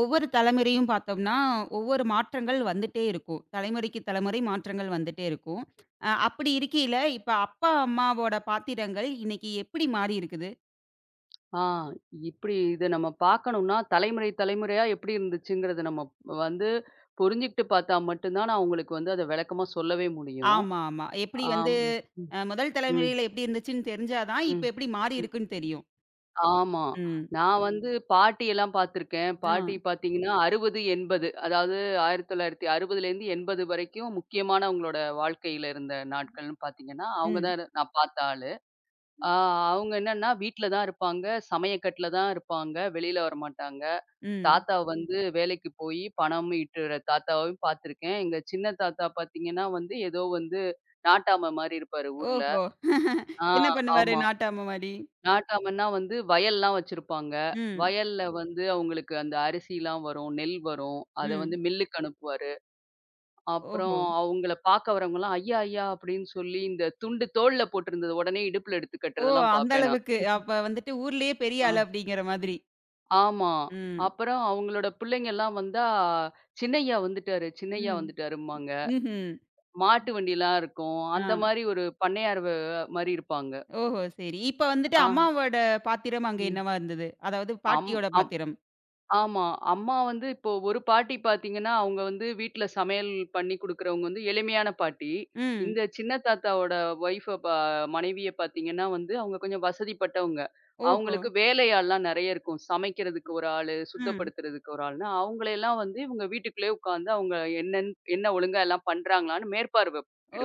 ஒவ்வொரு தலைமுறையும் பார்த்தோம்னா, ஒவ்வொரு மாற்றங்கள் வந்துட்டே இருக்கும். தலைமுறைக்கு தலைமுறை மாற்றங்கள் வந்துட்டே இருக்கும். அப்படி இருக்கையில, இப்ப அப்பா, அம்மாவோட பாத்திரங்கள் இன்னைக்கு எப்படி மாறி இருக்குது? ஆ இப்படி இத நம்ம பார்க்கணும்னா, தலைமுறை தலைமுறையா எப்படி இருந்துச்சுங்கிறத நம்ம வந்து புரிஞ்சுகிட்டு பார்த்தா மட்டும் தான், நான் உங்களுக்கு வந்து அத விளக்கமா சொல்லவே முடியும். ஆமா, ஆமா. எப்படி வந்து ஆம். ம். முதல் ம். தலைமுறையில எப்படி இருந்துச்சுன்னு தெரிஞ்சா தான், ம். இப்ப எப்படி மாறி ம். இருக்குன்னு தெரியும். ஆமா. ம். நான் வந்து பாட்டியெல்லாம் பார்த்துருக்கேன். ஆ. பாட்டி பார்த்தீங்கன்னா, 60, 80, அதாவது 1960லேருந்து 80 வரைக்கும் முக்கியமானவங்களோட வாழ்க்கையில இருந்த நாட்கள்னு பார்த்தீங்கன்னா, அவங்க ம். தான் நான் பார்த்த ஆளு. ஆ அவங்க என்னன்னா, வீட்ல தான் இருப்பாங்க. சமையக்கட்டுல தான் இருப்பாங்க. வெளியில வரமாட்டாங்க. ம். தாத்தா வந்து வேலைக்கு போயி பணமும் ஈட்டுற தாத்தாவையும் பார்த்துருக்கேன். எங்க சின்ன தாத்தா பார்த்தீங்கன்னா வந்து, ஏதோ வந்து நாட்டாம மாரி இருப்பாரு ஊர்ல. ஓஹோ! ஆ என்ன பண்ணுவாரு ஆமா. நாட்டாம மாரி? நாட்டாமன்னா வந்து வயல்லாம் வச்சிருப்பாங்க. ம். வயல்ல வந்து அவங்களுக்கு அந்த அரிசிலாம் வரும், நெல் வரும். அத ம். வந்து மில்லுக்கு அனுப்புவாரு. அப்புறம் ஓஹோ! அவங்கள பார்க்க வரவங்கலாம், "ஐயா! ஐயா!" அப்படின்னு சொல்லி இந்த துண்டு தோள்ல போட்டிருந்தது உடனே இடுப்புல எடுத்து ஓ! கட்டுறதெல்லாம் அந்த பார்ப்பேன் நான். அளவுக்கு. அப்ப வந்துட்டு ஊர்லயே பெரிய ஆ ஆளு அப்படிங்கிற மாதிரி. ஆமா. ம். அப்புறம் அவங்களோட பிள்ளைங்கலாம் வந்தா, "சின்னய்யா வந்துட்டாரு, சின்னய்யா ம். வந்துட்டாரும்பாங்க." ம்ஹ்ம். மாட்டு வண்டிலாம் இருக்கும். ஆ. அந்த மாரி ஒரு பண்ணையார் மாரி இருப்பாங்க. ஓஹோ! சரி. இப்ப வந்துட்டு ஆ, அம்மாவோட பாத்திரம் அங்க ம். என்னவா இருந்தது? அதாவது அம் பாட்டியோட அம் பாத்திரம். ஆமா. அம்மா வந்து இப்போ ஒரு பாட்டி பாத்தீங்கன்னா, அவங்க வந்து வீட்ல சமையல் பண்ணி குடுக்குறவங்க வந்து எளிமையான பாட்டி. ம். இந்த சின்ன தாத்தாவோட ஒய்ஃப ப மனைவிய பாத்தீங்கன்னா வந்து, அவங்க கொஞ்சம் வசதிப்பட்டவங்க. ஓஹோ! அவங்களுக்கு வேலையாள்லாம் நெறைய இருக்கும். சமைக்கிறதுக்கு ஒரு ஆளு, ம். சுத்தப்படுத்துறதுக்கு ஒரு ஆள்ன்னு, அவங்களையெல்லாம் வந்து இவங்க வீட்டுக்குள்ளேயே உட்காந்து அவங்க என்ன ஒழுங்கா எல்லாம் பண்றாங்களான்னு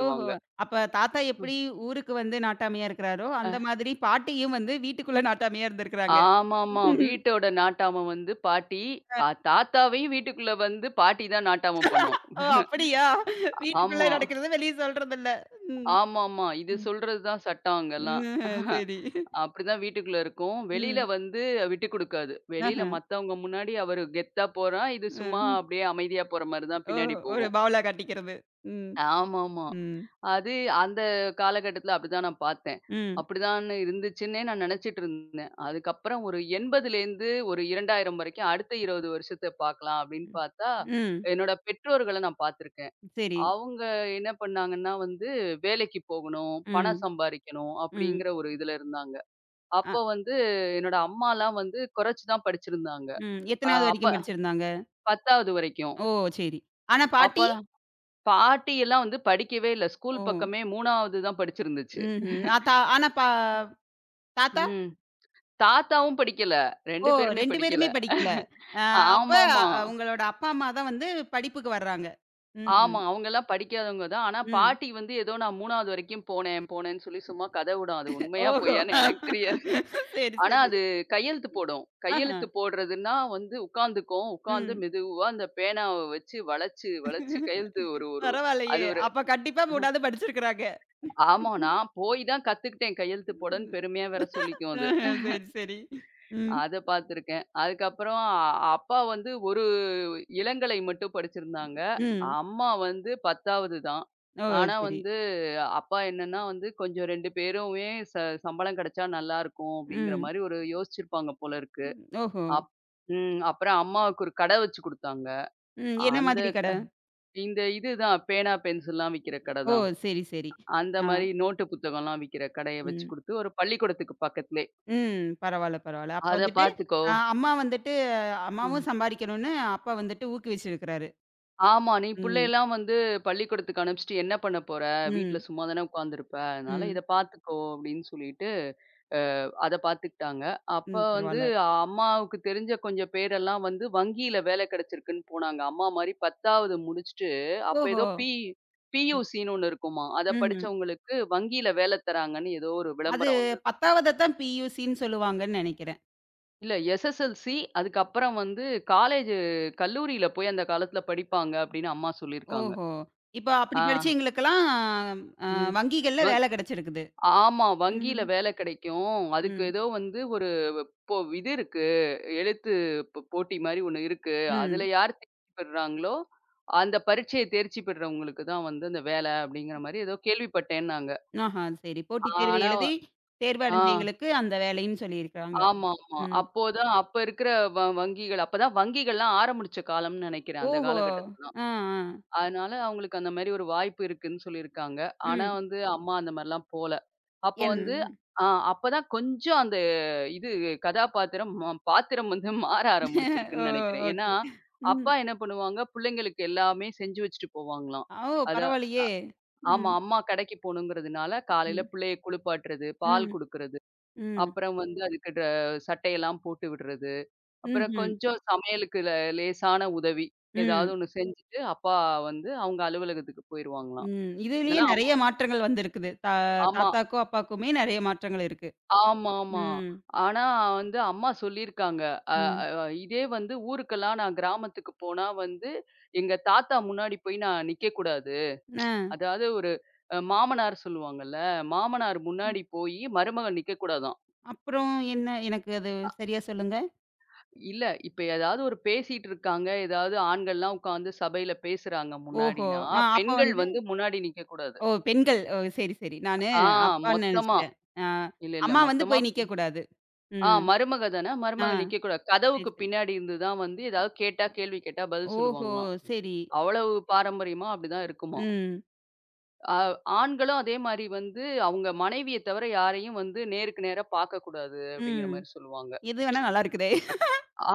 ஓஹோ! அப்ப தாத்தா ம். எப்படி ஊருக்கு வந்து நாட்டாமையா இருக்கிறாரோ, அந்த மாதிரி பாட்டியும் வந்து வீட்டுக்குள்ள நாட்டாமையா இருந்திருக்கிறாங்க. ஆமாமா. வீட்டோட நாட்டாமம் வந்து பாட்டி. தாத்தாவையும் வீட்டுக்குள்ள வந்து பாட்டி தான் நாட்டாமம் பண்ணும். ஓ! அப்படியா? வீட்டுக்குள்ள ஆமா. நடக்கிறது வெளிய சொல்றதில்ல. ம். ஆமாமா. இது ம். சொல்றது தான் சட்டம் அங்கலாம். ம். சரி. அப்படிதான் வீட்டுக்குள்ள இருக்கும். வெளியில ம். வந்து விட்டு குடுக்காது. வெளியில ஆஹ. மத்தவங்க முன்னாடி அவரு கெத்தா போறான். இது சும்மா ம். அப்படியே அமைதியா போற மாரி தான் ஓ! பின்னாடி ஒரு போகும். பாவலா காட்டிக்கிறது. ம். ஆமாமா. ம். அது அந்த காலகட்டத்தில அப்படிதான் நான் பார்த்தேன். ம். அப்படிதான் இருந்துச்சுன்னே நான் நினைச்சுட்டு இருந்தேன். அதுக்கப்புறம் ஒரு 80லேருந்து ஒரு 2000 வரைக்கும் அடுத்த 20 வருஷத்த பார்க்கலாம் அப்படின்னு பார்த்தா, ம். என்னோட பெற்றோர்கள நான் பார்த்துருக்கேன். சரி. அவங்க என்ன பண்ணாங்கன்னா வந்து, வேலைக்கு போகணும், ம். பணம் சம்பாரிக்கணும் ம். அப்படிங்கிற ஒரு இதுல இருந்தாங்க. அப்போ வந்து என்னோட அம்மாலாம் வந்து குறைச்சு தான் படிச்சிருந்தாங்க. ம். எத்தனாவது அப்ப வரைக்கும் படிச்சிருந்தாங்க? 10வது வரைக்கும். ஓ! சரி. ஆனா அப்ப பாட்டி? பாட்டி எல்லாம் வந்து படிக்கவே இல்ல. ஸ்கூல் ஓ! பக்கமே 3வது தான் படிச்சிருந்துச்சு. ம்ஹ்ம். அ தா ஆனா பா தாத்தா? ம். தாத்தாவும் படிக்கல. ஓ! 2 பேருமே 2 படிக்கல. பேருமே படிக்கல. அ அப்ப ஆமாமா. அ உங்களோட அப்பா, அம்மா தான் வந்து படிப்புக்கு வர்றாங்க. ஆமா. ம்ஹ்ம். அவங்கலாம் படிக்காதவங்க தான். ஆனா ம். பாட்டி வந்து ஏதோ நான் 3வது வரைக்கும் போனேன், போனேன்னு சொல்லி சும்மா கத விடும். அது உண்மையா ஓஹோ! பொய்யான்னு எனக்கு தெரியாது. சரி, ஆனா சரி. அது கையெழுத்து போடும். ஆஹா. கையெழுத்து போடுறதுன்னா வந்து உட்காந்துக்கும். உட்காந்து ம். மெதுவா அந்த பேனாவ வச்சு வளைச்சு, வளைச்சு கையெழுத்து ஒரு ஒரு அது பரவாயில்லையே! ஒரு அப்ப கண்டிப்பா 3வது படிச்சிருக்கிறாங்க. ஆமா. நான் போய் தான் கத்துக்கிட்டேன் கையெழுத்து போடன்னு பெருமையா வேற சொல்லிக்கும் அது. ஆஹ. சரி, சரி. ம். அத பார்த்துருக்கேன். அதுக்கப்புறம் அப்பா வந்து ஒரு இளங்கலை மட்டும் படிச்சிருந்தாங்க. ம். அம்மா வந்து 10வது தான். ஓ! ஆனா சரி. வந்து அப்பா என்னன்னா வந்து கொஞ்சம் 2 பேருமே ச சம்பளம் கிடைச்சா நல்லாருக்கும் அப்படிங்கிற ம். மாரி ஒரு யோசிச்சிருப்பாங்க போல இருக்கு. ஓஹோ! அப் ம். அப்புறம் அம்மாவுக்கு ஒரு கடை வச்சு குடுத்தாங்க. ம். என்ன அந்த மாதிரி க கடை? இந்த இதுதான் பேனா, பென்சில்லாம் விக்கிற கட ஓ! தான். சரி, சரி. அந்த ஆ. மாரி நோட்டு புத்தகம்லாம் விக்கிற கடைய வச்சு ம். குடுத்து ஒரு பள்ளிக்கூடத்துக்கு பக்கத்திலே. ம். பரவால்ல, பரவால்ல. அப்ப அத வந்துட்டு பார்த்துக்கோ. அ அம்மா வந்துட்டு அம்மாவும் சம்பாரிக்கணும்னு அப்பா வந்துட்டு ஊக்குவிச்சிருக்கிறாரு. ஆமா. நீ ம். புள்ளையெல்லாம் வந்து பள்ளிக்கூடத்துக்கு அனுப்பிச்சுட்டு என்ன பண்ண போற? வீட்ல ம். சும்மா தானே உட்காந்துருப்ப. அதனால ம். இத பார்த்துக்கோ அப்படின்னு சொல்லிட்டு, அ அத பார்த்துக்கிட்டாங்க. அப்ப ம். வந்து பரவால்ல. அம்மாவுக்கு தெரிஞ்ச கொஞ்சம் பேரெல்லாம் வந்து வங்கியில வேலை கிடைச்சிருக்குன்னு போனாங்க. அம்மா மாரி 10வது முடிச்சுட்டு, அப்ப ஓஹோ! ஏதோ ம். பியூசின்னு ஒண்ணு இருக்குமாம். அத ம்ஹ்ம். படிச்சவங்களுக்கு வங்கியில வேலை தராங்கன்னு ஏதோ ஒரு அது விளம்பரம் வந்தது. 10வத தான் பியூசின்னு சொல்லுவாங்கன்னு நெனைக்கிறேன். இல்ல எஸ்எஸ்எல்சி அதுக்கப்புறம் வந்து காலேஜ் கல்லூரியில போய் அந்த காலத்துல படிப்பாங்க அப்படின்னு அம்மா சொல்லியிருக்காங்க. ஓஹோ! இப்போ அப்படி ஆ. படிச்சவங்களுக்கெல்லாம் அ ம். வங்கிகள்ல வங் வேலை கிடைச்சிருக்குது. ஆமா. வங்கியில ம்ஹ்ம். வேலை கிடைக்கும். அதுக்கு ம். ஏதோ வந்து ஒரு இப்போ இது இருக்கு. எழுத்து போட்டி மாரி ஒண்ணு இருக்கு. அதுல ம். யார் தேர்ச்சி பெறுறாங்களோ, அந்த பரீட்சைய தேர்ச்சி பெற்றவங்களுக்கு தான் வந்து அந்த வேலை அப்படிங்கிற மாரி ஏதோ கேள்விப்பட்டேன்னாங்க. ஆஹா. சரி. போட்டித் தேர்வு ஆனா எழுதி தேர்வு ஆ அடைஞ்சவங்களுக்கு அந்த வேலைன்னு சொல்லியிருக்காங்க. ஆமாமா. ம். அப்போதான் அப்ப இருக்கிற வங்கிகள் அப்பதான் வங்கிகள்லாம் ஆரம்பிச்ச காலம்னு நெனைக்கிறேன். அந்த ஓஹோ! காலகட்டத்துல. ஆ, ஆ. அதனால அவங்களுக்கு அந்த மாரி ஒரு வாய்ப்பு இருக்குன்னு சொல்லியிருக்காங்க. ஆனா ம். வந்து அம்மா அந்த மாரிலாம் போல. அப்போ வந்து என் ஆ அப்பதான் கொஞ்சம் அந்த இது கதாபாத்திரம் பாத்திரம் வந்து மாற ஓ! ஆரம்பிச்சிருக்குன்னு நெனைக்கிறேன். ஏன்னா, ஓகே. ம். அப்பா என்ன பண்ணுவாங்க, பிள்ளைங்களுக்கு எல்லாமே செஞ்சு வச்சுட்டு போவாங்களாம். ஓ! அத பரவாயில்லையே! ஆமா, ம், அம்மா கடைக்கு போணுங்கிறதுனால காலையில ம், பிள்ளைய குளிப்பாட்டுறது, பால் ம், குடுக்குறது, ம், அப்புறம் வந்து அதுக்கு சட்டையெல்லாம் போட்டு விடுறது. அப்புறம் ம்ஹ்ம். கொஞ்சம் சமையலுக்கு லேசான உதவி. ஏதாவது ம், ஒண்ணு செஞ்சுட்டு, அப்பா வந்து அவங்க அலுவலகத்துக்கு போயிருவாங்களாம். ம். இதுலயே இதெல்லாம் அம் நெறைய மாற்றங்கள் வந்திருக்குது. ஆமா. தாத்தாக்கும், அப்பாக்குமே நெறைய மாற்றங்கள் இருக்கு. ஆமாமா. ம், ஆனா வந்து அம்மா சொல்லியிருக்காங்க. அ ம். அ இதே வந்து ஊருக்கெல்லாம் நான் கிராமத்துக்கு போனா வந்து, எங்க தாத்தா முன்னாடி போய் நான் நிக்கக்கூடாது. ஆ. அதாவது ஒரு மாமனார் சொல்லுவாங்கல்ல, மாமனார் முன்னாடி போயி மருமகன் நிக்கக்கூடாதாம். அப்புறம் என்ன? எனக்கு அது சரியா சொல்லுங்க. இல்ல. இப்ப ஏதாவது ஒரு பேசிட்டு இருக்காங்க. ஏதாவது ஆண்கள்லாம் உட்கார்ந்து சபையில பேசுறாங்க ஓஹோ! முன்னாடின்னா, ஆ அப்ப பெண்கள் வந்து வந்து முன்னாடி நிக்கக்கூடாது. ஓ! பெண்கள். ஓ! சரி, சரி. ஆ அப்பான்னு மொத்தமா. நெனச்சுட்டேன். ஆ. இல்ல, இல்ல. அம்மா வந்து மொத்தமா. போய் நிக்கக்கூடாது. ம். மருமக தானே. ஆ. மருமக நிக்கக்கூடாது. சரி, கதவுக்கு சரி. பின்னாடி இருந்து தான் வந்து ஏதாவது கேட்டா கேள்வி கேட்டா பதில் ஓஹோ! சொல்லுவாங்களாம். சரி. அவ்வளவு பாரம்பரியமா அப்படிதான் இருக்குமாம். ம். அ ஆண்களும் அதே மாரி வந்து அவங்க மனைவிய தவிர யாரையும் வந்து நேருக்கு நேரா பார்க்கக்கூடாது அப்படிங்கிற ம். மாரி சொல்லுவாங்க. இது வேணா நல்லா இருக்குதே!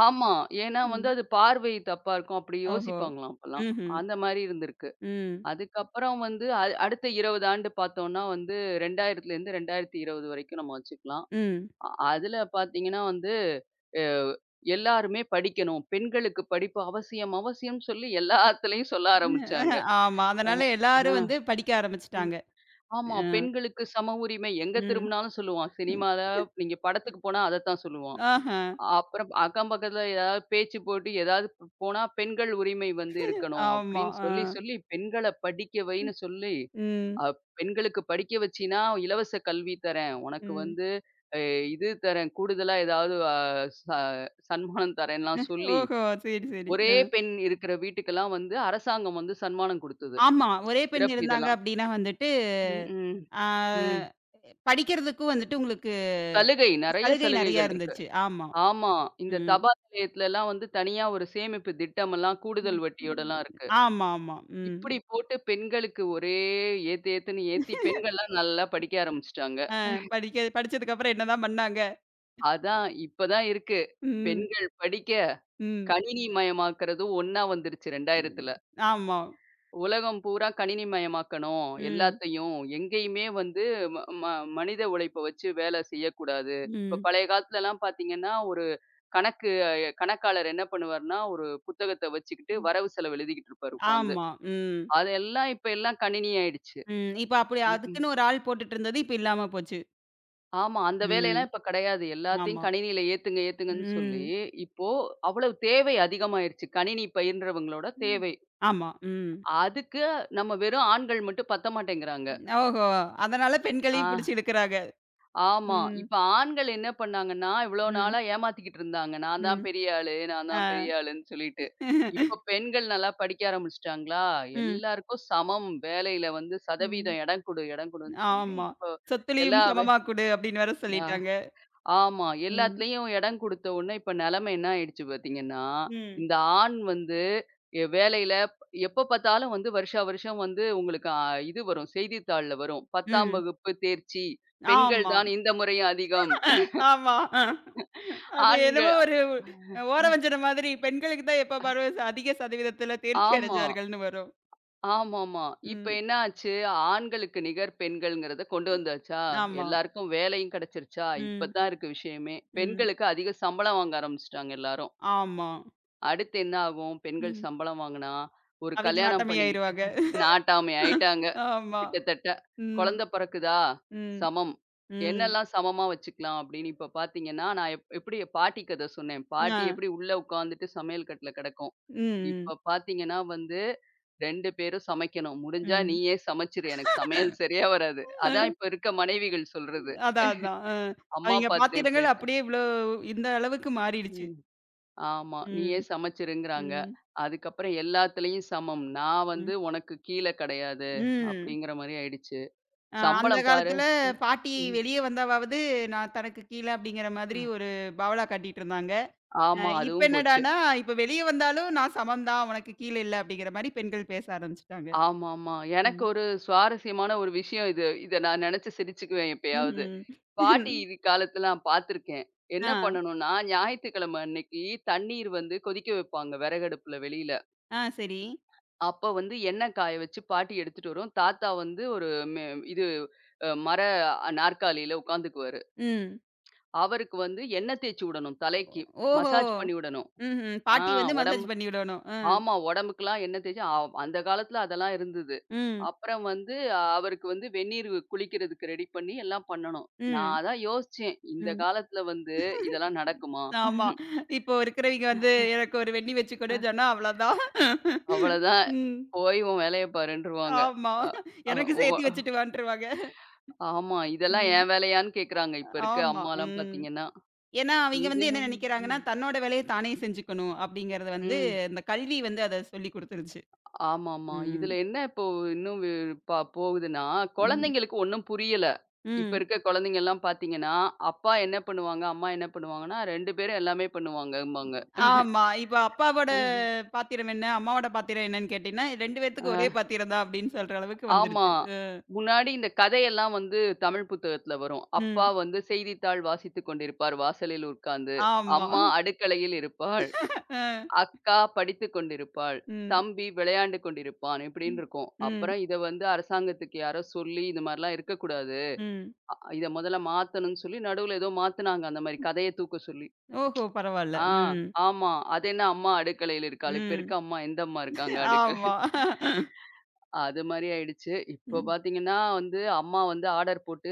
ஆமா. ஏன்னா வந்து ம். அது பார்வை தப்பா இருக்கும். அப்படி ஓஹோ! யோசிப்பாங்களாம் அப்பலாம். ம்ஹ்ம். அந்த மாரி இருந்திருக்கு. ம். அதுக்கப்புறம் வந்து அடுத்த 20 ஆண்டு பார்த்தோம்னா வந்து 2000லேருந்து 2020 வரைக்கும் நம்ம வச்சுக்கலாம். ம். அ அதில பார்த்தீங்கன்னா வந்து அ எல்லாருமே படிக்கணும். பெண்களுக்கு படிப்பு அவசியம், அவசியம்ன்னு சொல்லி எல்லாத்துலயும் சொல்ல ஆரம்பிச்சாங்க. ஆமா. அ அதனால ஆ எல்லாரும் வந்து படிக்க ம். ஆரம்பிச்சுட்டாங்க. ஆமா. அ. பெண்களுக்கு சம உரிமை எங்க ம். திரும்பினாலும் சொல்லுவான். ம். சினிமால நீங்க படத்துக்கு போனா அதத்தான் சொல்லுவான். ஆஹா. அப்புறம் அக்கம் பக்கத்துல ஏதாவது பேச்சு போட்டி ஏதாவது போனா பெண்கள் உரிமை வந்து இருக்கணும் ஆமா. அப்படின்னு ஆ. சொல்லி, சொல்லி பெண்கள படிக்க வைன்னு சொல்லி, ம். அ பெண்களுக்கு படிக்க வச்சீன்னா இலவச கல்வி தரேன். உனக்கு ம். வந்து அ இது தரேன் கூடுதலா ஏதாவது அ ச சன்மானம் தரேன்லாம் சொல்லி, ஓஹோ! சரி, சரி. ஒரே அ. பெண் இருக்கிற வீட்டுக்கெல்லாம் வந்து அரசாங்கம் வந்து சன்மானம் குடுத்தது. ஆமா. ஒரே பெண் சிறப்பு இருந்தாங்க இதெல்லாம். அப்டின்னா வந்துட்டு, ம், ம். ஆ ம். படிக்கிறதுக்கும் வந்துட்டு உங்களுக்கு சலுகை, நெறைய சலுகை நெறையா சலுகைகள் இருக்கு. இருந்துச்சு. ஆமா. ஆமா. இந்த ம். தபால் நிலையத்துலலாம் வந்து தனியா ஒரு சேமிப்பு திட்டமெல்லாம் ம். கூடுதல் ம். வட்டியோடலாம் இருக்கு. ஆமா, ஆமா. ம். இப்படி போட்டு பெண்களுக்கு ஒரே ஏத்து ஏத்துன்னு ஏத்தி பெண்கள்லாம் நல்லா படிக்க ஆரம்பிச்சுட்டாங்க. படிக்க படிச்சதுக்கு அப்புறம் என்னதான் பண்ணாங்க? அதான் இப்ப தான் இருக்கு. ம். பெண்கள் படிக்க ம். கணினி மயமாக்குறதும் ஒண்ணா வந்துருச்சு ம். 2000த்துல. ஆமா. உலகம் பூரா கணினிமயமாக்கணும். ம். எல்லாத்தையும். எங்கேயுமே வந்து ம ம மனித உழைப்ப வச்சு வேலை செய்யக்கூடாது. இப்ப ம். பழைய காலத்துலலாம் பார்த்தீங்கன்னா, ஒரு கணக்கு கணக்காளர் என்ன பண்ணுவாருன்னா, ஒரு புத்தகத்த வச்சுக்கிட்டு ம். வரவு செலவு எழுதிக்கிட்டு இருப்பாரு உட்காந்து. ஆமா. ம். அதெல்லாம் இப்ப எல்லாம் கணினி ஆயிடுச்சு. ம். இப்ப அப்படி ம். அதுக்குன்னு ஒரு ஆள் போட்டுட்டு இருந்தது. இப்ப இல்லாம போச்சு. ஆமா. அந்த ம். வேலையெல்லாம் இப்ப கிடையாது. எல்லாத்தையும் ஆமா. கணினியில ஏத்துங்க, ஏத்துங்கன்னு சொல்லி, ம். இப்போ அவ்வளவு தேவை அதிகமாயிருச்சு. கணினி பயின்றவங்களோட ம். தேவை. ஆமா. ம். அதுக்கு நம்ம வெறும் ஆண்கள் மட்டும் பத்த மாட்டேங்கிறாங்க. ஓஹோ! அதனால ஆ. பெண்களையும் பிடிச்சு இழுக்குறாங்க. ஆமா. ம். இப்ப ஆண்கள் என்ன பண்ணாங்கன்னா, இவ்ளோ ம். நாளா ஏமாத்திக்கிட்டு இருந்தாங்க. நான் தான் ம். பெரிய ஆளு, நான் ஆ. தான் பெரிய ஆளுன்னு சொல்லிட்டு. இப்ப பெண்கள் நல்லா படிக்க ஆரம்பிச்சுட்டாங்களா, ம். எல்லாருக்கும் சமம் வேலையில வந்து ம். சதவீதம் இடம் கொடு, இடம் கொடுன்னு சொல்லி ஆமா. இப்போ சொத்துலயும் எல்லா வே சமமா குடு அப்படின்னு வேற அ சொல்லிட்டாங்க. ஆமா. ம். எல்லாத்துலயும் இடம் குடுத்த உடனே இப்ப நிலைமை என்ன ஆயிடுச்சு பார்த்தீங்கன்னா, ம். இந்த ஆண் வந்து வேலையில எப்ப பார்த்தாலும் வந்து வருஷா வருஷம் வந்து உங்களுக்கு இது வரும், செய்தித்தாள்ல வரும். 10ஆம் ம். வகுப்பு தேர்ச்சி, பெண்கள் ஆமா. தான் இந்த முறை அதிகம். அ ஆமா. அ. அது என்னமோ ஆண்கள் ஒரு ஓர வஞ்சன மாதிரி பெண்களுக்கு தான் எப்ப பாரு அதிக சதவீதத்துல தேர்ச்சி ஆமா. அடைஞ்சார்கள்ன்னு வரும். ஆமாமா. இப்ப ம். என்ன ஆச்சு, ஆண்களுக்கு நிகர் பெண்கள்ங்கிறத கொண்டு வந்தாச்சா, ஆமா. எல்லாருக்கும் வேலையும் கிடைச்சிருச்சா, இப்ப ம். தான் இருக்கு விஷயமே. ம். பெண்களுக்கு அதிக சம்பளம் வாங்க ஆரம்பிச்சுட்டாங்க எல்லாரும். ஆமா. அடுத்து என்ன ஆகும், பெண்கள் ம். சம்பளம் வாங்குனா, ஒரு அவிங்க கல்யாணம் நாட்டமை பண்ணிக்கிட்டு ஆயிருவாங்க. நாட்டாமை ஆயிட்டாங்க. ஆமா. கிட்டத்தட்ட ம். குழந்தை பிறக்குதா? ம். சமம். ம். என்னெல்லாம் சமமா வச்சுக்கலாம் அப்படின்னு இப்ப பார்த்தீங்கன்னா, நான் எப்படி என் பாட்டி கத சொன்னேன். பாட்டி அ. எப்படி உள்ள உட்காந்துட்டு சமையல் கட்டுல கிடக்கும். ம். ம். இப்ப பார்த்தீங்கன்னா வந்து 2 பேரும் சமைக்கணும். முடிஞ்சா ம். நீயே சமைச்சிரு. எனக்கு சமையல் சரியா வராது. அதான் அ இப்ப இருக்க மனைவிகள் சொல்றது. அதான், அதான். அம்மா அவிங்க பாத்திரம் இப்படி பாத்திரங்கள் எடுத்து அப்படியே இந்த அளவுக்கு மாறிடுச்சு. ம். ஆமா. நீயே ம். சமைச்சிருங்கிறாங்க. ம். அதுக்கப்புறம் எல்லாத்துலயும் சமம். நான் ம். வந்து உனக்கு கீழ கிடையாது ம். அப்படிங்கிற மாரி ஆயிடுச்சு. அந்த சம்பளம் பாரு. காலத்துல ம். பாட்டி ம். வெளிய வந்தாவாவது, நான் தனக்கு கீழ அப்படிங்கிற மாதிரி அ. ஒரு பாவலா காட்டிட்டு இருந்தாங்க. அ ஆமா. இப்ப அதுவும் போச்சு. என்னடான்னா, இப்ப வெளிய வந்தாலும் நான் சமம் தான், உனக்கு கீழ இல்ல அப்படிங்கிற மாரி பெண்கள் பேச ஆரம்பிச்சுட்டாங்க. ஆமாமா. எனக்கு ம். ஒரு சுவாரஸ்யமான ஒரு விஷயம் இது. இத நான் நெனச்சு சிரிச்சுக்குவேன் எப்பயாவது. ம்ஹ்ம். பாட்டி இது காலத்துல நான் பார்த்துருக்கேன். ஆ, என்ன பண்ணணும்னா, ஞாயித்துக்கிழமை அன்னைக்கு தண்ணீர் வந்து கொதிக்க வைப்பாங்க விறகடுப்புல வெளியில. ஆ சரி. அப்ப வந்து எண்ணெய் காய வச்சு பாட்டி எடுத்துட்டு வரும். தாத்தா வந்து ஒரு மெ இது அ மர நாற்காலியில உட்காந்துக்குவாரு. ம். அவருக்கு வந்து எண்ணெய் தேய்ச்சு விடணும் தலைக்கு. ஓஹோ! மசாஜ் பண்ணி விடணும். ம்ஹ்ம். ஆ பாட்டி வந்து உடம்பு மசாஜ் பண்ணி விடணும். அ. ஆமா. உடம்புக்குலாம் எண்ணெய் தேய்ச்சு அந்த காலத்துல அதெல்லாம் இருந்தது. ம். அப்புறம் வந்து அவருக்கு வந்து வெந்நீர் குளிக்கிறதுக்கு ரெடி பண்ணி எல்லாம் பண்ணணும். நான் ம். அதான் யோசிச்சேன். இந்த ம். காலத்துல வந்து இதெல்லாம் நடக்குமா? ஆமா. இப்போ இருக்கிறவைங்க வந்து, எனக்கு ஒரு வெண்ணி வச்சு அ. குடுன்னு சொன்னா அவ்வளோதான். அவ்வளதான். ம். போய் உன் வேலைய பாருன்ருவாங்க. ஆமா. அ அ எனக்கு ஒ சேர்த்தி வச்சுட்டு வான்ட்டுருவாங்க. ஆமா. இதெல்லாம் ம். என் வேலையான்னு கேட்குறாங்க. இப்ப இருக்க ஆமா. அம்மாலாம் ம். பார்த்தீங்கன்னா. ஏன்னா, அவிங்க இது வந்து என்ன நெனைக்கிறாங்கன்னா, தன்னோட வேலைய தானே செஞ்சுக்கணும் அப்படிங்கிறது வந்து ம். இந்த கல்வி வந்து அத சொல்லிக் குடுத்துருச்சு. ஆமாமா. ம். இதுல என்ன இப்போ இன்னும் வி போகுதுன்னா, ம். குழந்தைங்களுக்கு ஒண்ணும் புரியல. இப்ப ம். இருக்க குழந்தைங்கலாம் பார்த்தீங்கன்னா, அப்பா என்ன பண்ணுவாங்க, அம்மா என்ன பண்ணுவாங்கன்னா, 2 பேரும் எல்லாமே பண்ணுவாங்கம்பாங்க. ஆமா. இப்ப அப்பாவோட பாத்திரம் என்ன? அம்மாவோட பாத்திரம் என்னன்னு கேட்டீங்கன்னா, 2 பேத்துக்கும் ஒரே அ பாத்திரம் தான் அப்படின்னு சொல்ற அளவுக்கு ஆமா. வந்துருச்சு. அ. முன்னாடி இந்த கதையெல்லாம் வந்து தமிழ் புத்தகத்துல வரும். அப்பா ம். வந்து செய்தித்தாள் வாசித்துக் கொண்டிருப்பார் வாசலில் உட்கார்ந்து. ஆமா. அம்மா அடுக்கலையில் இருப்பாள். அ. அக்கா படித்துக் கொண்டிருப்பாள். ம். தம்பி விளையாண்டு கொண்டிருப்பான் இப்படின்னு ம். இருக்கும். ம். அப்புறம் இத வந்து அரசாங்கத்துக்கு யாரோ சொல்லி, இந்த மாரிலாம் இருக்கக்கூடாது. ம். இத மொதல்ல மாத்தணும்னு சொல்லி, நடுவுல ஏதோ மாத்துனாங்க. அந்த மாரி கதைய தூக்க சொல்லி. ஓஹோ! பரவால்ல. ஆ, ம். ஆமா. அது என்ன அம்மா அடுக்கலையில இருக்காள். இப்ப இருக்க ம். அம்மா எந்த அம்மா இருக்காங்க அடுக்கல. ஆமா. அது மாரி ஆயிடுச்சு. இப்போ ம். பாத்தீங்கன்னா வந்து, அம்மா வந்து ஆர்டர் போட்டு,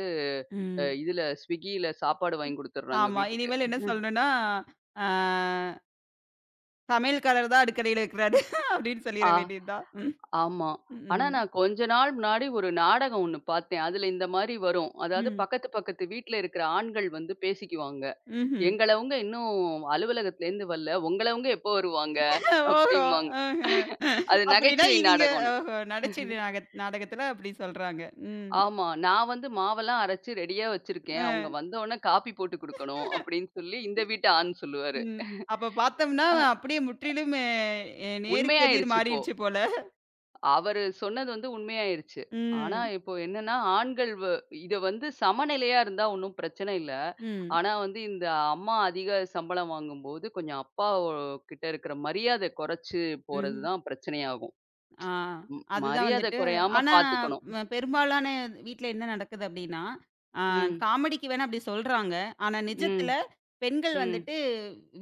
ம். இதுல Swiggyல சாப்பாடு வாங்கி குடுத்துடுறாங்க ஆமா. வீட்டுக்கு. இனிமேல் என்ன சொல்லணும்னா, ஆ "சமையல்காரர் தான் அடுக்கறையில இருக்கிறாரு" அப்படின்னு ஆ. சொல்லிற வேண்டியது தான். ம். ஆமா. ஆனா ம். நான் கொஞ்ச நாள் முன்னாடி ஒரு நாடகம் ஒண்ணு பார்த்தேன். அதுல இந்த மாரி வரும். அதாவது ம். பக்கத்து பக்கத்து வீட்ல இருக்கிற ஆண்கள் வந்து பேசிக்குவாங்க. ம்ஹ்ம். எங்களவங்க இன்னும் அலுவலகத்துலேருந்து வரல. உங்களவங்க எப்போ வருவாங்க? ஓஹோ! அப்டிம்பாங்க. ஆஹ. அது அப்படின்னா நகைச்சுவை இவிங்க நாடகம்னு. ஓஹோ! நடிச்ச நாக நாடகத்துல அப்படி சொல்றாங்க. ம். ஆமா. நான் வந்து மாவெல்லாம் அரைச்சு ரெடியா வச்சிருக்கேன். அ. அவங்க வந்தோனே காப்பி போட்டு குடுக்கணும். அப்டின்னு சொல்லி இந்த வீட்டு ஆண் சொல்லுவாரு. ம். அப்ப பார்த்தோம்னா அப்படியே முற்றிலும் நேருக்கு எதிர் உண்மையாயிருச்சு இப்போ. மாறிடுச்சு போல. அவரு சொன்னது வந்து உண்மையாயிருச்சு. ஆனா, ம். இப்போ என்னன்னா, ஆண்கள் வ இத வந்து சமநிலையா இருந்தா ஒண்ணும் பிரச்சனை இல்ல. ம். ஆனா வந்து இந்த அம்மா அதிக சம்பளம் வாங்கும்போது, கொஞ்சம் அப்பா கிட்ட இருக்கிற மரியாதை குறைச்சு போறது ம். தான் பிரச்சனையாகும். ஆ. ம். அதுதான் மரியாதை வந்துட்டு குறையாம ஆனா பார்த்துக்கணும். பெரும்பாலான வீட்ல என்ன நடக்குது அப்டின்னா, ஆ ம். காமெடிக்கு வேணா அப்டி சொல்றாங்க. ஆனா ம். நிஜத்துல பெண்கள் ம். வந்துட்டு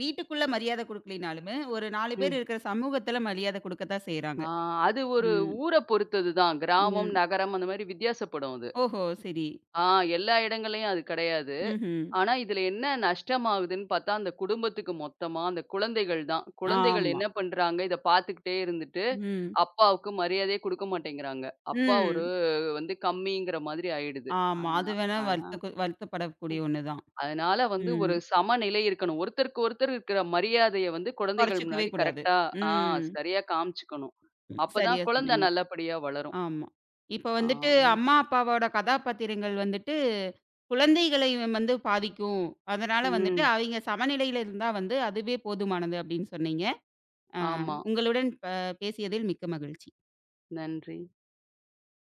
வீட்டுக்குள்ள மரியாத குடுக்கலினாலுமே, ஒரு 4 பேர் ம். இருக்கிற சமூகத்துல மரியாத குடுக்க தான் செய்றாங்க. ஆ அது ஒரு ம். ஊர பொறுத்தது தான். கிராமம், ம். நகரம் அந்த மாரி வித்தியாசப்படும் அது. ஓஹோ! சரி. ஆ எல்லா இடங்கள்லயும் அது கிடையாது. ம்ஹ்ம். ஆனா, இதுல என்ன நஷ்டமாகுதுன்னு பார்த்தா, அந்த குடும்பத்துக்கு மொத்தமா அந்த குழந்தைகள் தான். குழந்தைகள் ஆமா. என்ன பண்றாங்க, இத பார்த்துக்கிட்டே இருந்துட்டு, ம். அப்பாவுக்கு மரியாதையே குடுக்க மாட்டேங்கிறாங்க. அப்பா ஒரு ம். வந்து கம்மிங்கிற மாதிரி ஆயிடுது. ஆமா. ஆனா அது வேணா ஆஹா. வருத்தக்கு வருத்தப்படக்கூடிய ஒண்ணுதான். அதனால வந்து ஒரு ம். சமநிலை இருக்கணும். ஒருத்தருக்கு ஒருத்தர் இருக்கிற மரியாதைய வந்து குழந்தைகள் கொறச்சுக்கவே முன்னாடி கூடாது. கரெக்ட்டா ஆ ம். சரியா காமிச்சுக்கணும். அப்பதான் சரியா குழந்தை சொன்னீங்க. நல்லபடியா வளரும். ஆமா. இப்ப ஆ. வந்துட்டு ஆ. அம்மா, அப்பாவோட கதாபாத்திரங்கள் வந்துட்டு குழந்தைகளையும் வந்து பாதிக்கும். அதனால வந்துட்டு ம். அவைங்க சமநிலையில இருந்தா வந்து அதுவே போதுமானது அப்படின்னு சொன்னீங்க. அ ஆமா. உங்களுடன் பேசியதில் மிக்க மகிழ்ச்சி. நன்றி.